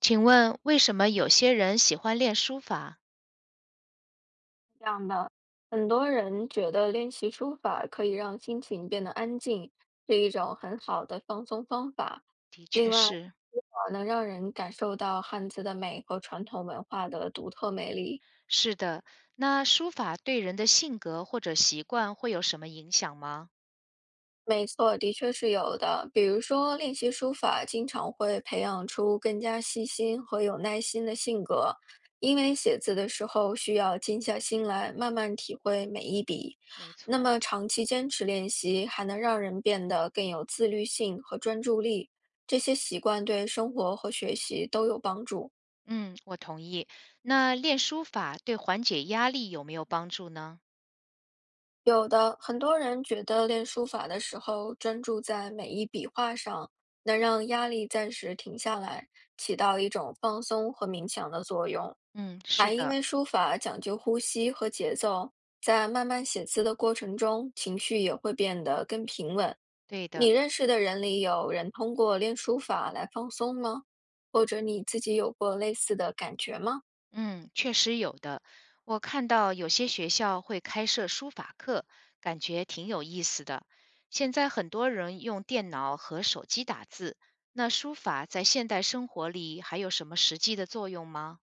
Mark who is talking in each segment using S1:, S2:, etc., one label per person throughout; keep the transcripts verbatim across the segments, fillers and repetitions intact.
S1: 请问为什么有些人喜欢练书法？
S2: 这样的，很多人觉得练习书法可以让心情变得安静，是一种很好的放松方法。
S1: 的确
S2: 另外，
S1: 是，
S2: 书法能让人感受到汉字的美和传统文化的独特魅力。
S1: 是的。那书法对人的性格或者习惯会有什么影响吗？
S2: 没错，的确是有的。比如说，练习书法经常会培养出更加细心和有耐心的性格，因为写字的时候需要静下心来，慢慢体会每一笔。
S1: 没
S2: 那
S1: 错，
S2: 么，长期坚持练习，还能让人变得更有自律性和专注力，这些习惯对生活和学习都有帮助。
S1: 嗯，我同意。那练书法对缓解压力有没有帮助呢？
S2: 有的，很多人觉得练书法的时候，专注在每一笔画上，能让压力暂时停下来，起到一种放松和冥想的作用。
S1: 嗯，是
S2: 还因
S1: 的，
S2: 为书法讲究呼吸和节奏，在慢慢写字的过程中，情绪也会变得更平稳。
S1: 对
S2: 你
S1: 的。
S2: 认识的人里有人通过练书法来放松吗？或者你自己有过类似的感觉吗？
S1: 嗯，确实有的。我看到有些学校会开设书法课，感觉挺有意思的。现在很多人用电脑和手机打字，那书法在现代生活里还有什么实际的作用吗？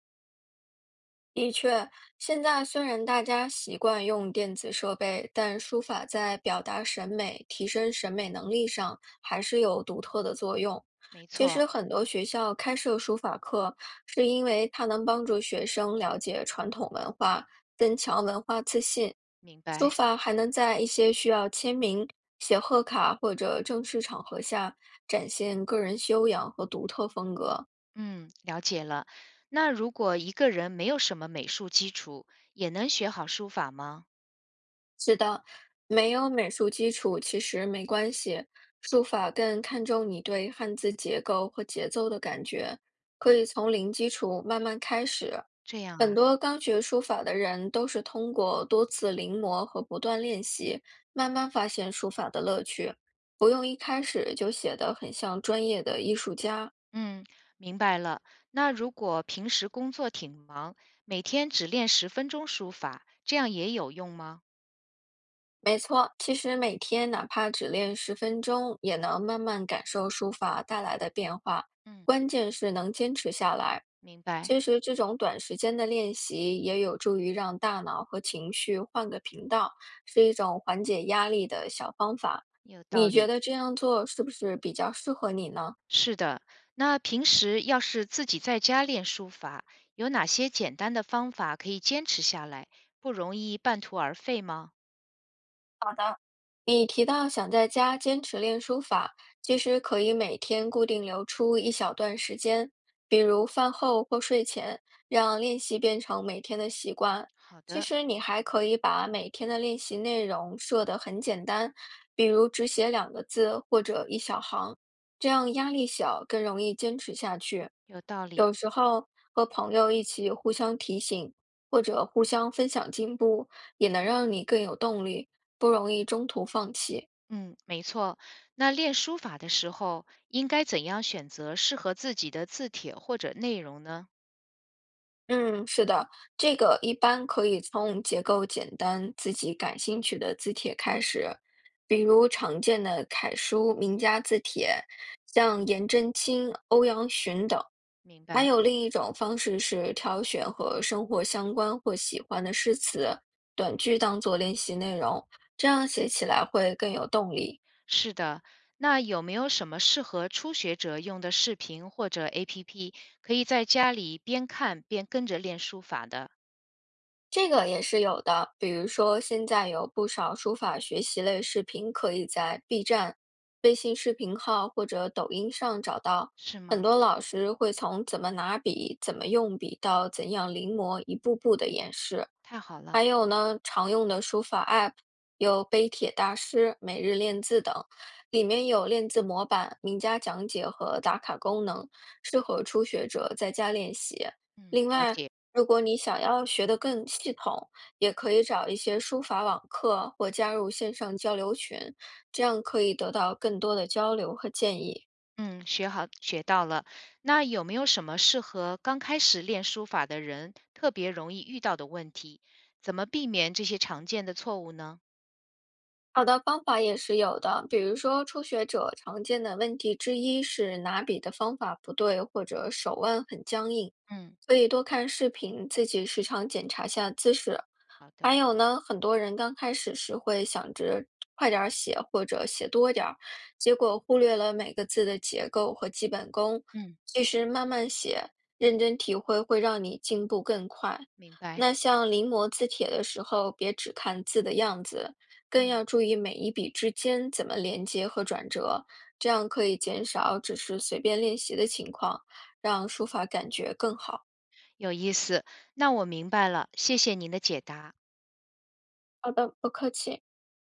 S2: 的确，现在虽然大家习惯用电子设备，但书法在表达审美、提升审美能力上还是有独特的作用。
S1: 没
S2: 其实，
S1: 错，
S2: 很多学校开设书法课，是因为它能帮助学生了解传统文化，增强文化自信。
S1: 明
S2: 书
S1: 白。
S2: 法还能在一些需要签名、写贺卡或者正式场合下，展现个人修养和独特风格。
S1: 嗯，了解了。那如果一个人没有什么美术基础，也能学好书法吗？
S2: 是的，没有美术基础其实没关系，书法更看重你对汉字结构和节奏的感觉，可以从零基础慢慢开始。
S1: 这样
S2: 很
S1: 啊。
S2: 多刚学书法的人都是通过多次临摹和不断练习，慢慢发现书法的乐趣，不用一开始就写得很像专业的艺术家。
S1: 嗯，明白了。那如果平时工作挺忙，每天只练十分钟书法，这样也有用吗？
S2: 没错，其实每天哪怕只练十分钟，也能慢慢感受书法带来的变化。
S1: 嗯，
S2: 关键是能坚持下来。
S1: 明白，
S2: 其实这种短时间的练习也有助于让大脑和情绪换个频道，是一种缓解压力的小方法。
S1: 有道
S2: 你觉
S1: 理。
S2: 得这样做是不是比较适合你呢？
S1: 是的，那平时要是自己在家练书法，有哪些简单的方法可以坚持下来，不容易半途而废吗？
S2: 你提到想在家坚持练书法，其实可以每天固定留出一小段时间，比如饭后或睡前，让练习变成每天的习惯。
S1: 好
S2: 其
S1: 的，
S2: 实你还可以把每天的练习内容设得很简单，比如只写两个字或者一小行，这样压力小，更容易坚持下去。
S1: 有道理。
S2: 有时候和朋友一起互相提醒，或者互相分享进步，也能让你更有动力。不容易中途放弃。
S1: 嗯，没错。那练书法的时候，应该怎样选择适合自己的字帖或者内容呢？
S2: 嗯，是的，这个一般可以从结构简单、自己感兴趣的字帖开始，比如常见的楷书、名家字帖，像颜真卿、欧阳询等。
S1: 明
S2: 还
S1: 白。
S2: 有另一种方式是挑选和生活相关或喜欢的诗词、短句当做练习内容，这样写起来会更有动力。
S1: 是的，那有没有什么适合初学者用的视频或者 APP,可以在家里边看边跟着练书法的，
S2: 这个也是有的，比如说现在有不少书法学习类视频可以在 B 站、微信视频号或者抖音上找到。
S1: 是
S2: 很
S1: 吗？
S2: 多老师会从怎么拿笔、怎么用笔到怎样临摹，一步步的演示。
S1: 太好了，
S2: 还有呢，常用的书法 A P P 有碑帖大师、每日练字等，里面有练字模板、名家讲解和打卡功能，适合初学者在家练习。
S1: 嗯，
S2: 另
S1: 了
S2: 外，
S1: 解，
S2: 如果你想要学得更系统，也可以找一些书法网课或加入线上交流群，这样可以得到更多的交流和建议。
S1: 嗯，学好，学到了。那有没有什么适合刚开始练书法的人特别容易遇到的问题？怎么避免这些常见的错误呢？
S2: 好的方法也是有的，比如说初学者常见的问题之一是拿笔的方法不对，或者手腕很僵硬，
S1: 嗯，
S2: 所以多看视频，自己时常检查下姿势。
S1: 好的，
S2: 还有呢，很多人刚开始时会想着快点儿写或者写多点儿，结果忽略了每个字的结构和基本功。
S1: 嗯，
S2: 其实慢慢写，认真体会会让你进步更快。
S1: 明白，
S2: 那像临摹字帖的时候，别只看字的样子，更
S1: 嗯，
S2: 要注意每一笔之间怎么连接和转折，这样可以减少只是随便练习的情况，让书法感觉更好。
S1: 有意思。那我明白了，谢谢您的解答。
S2: 好的，不客气。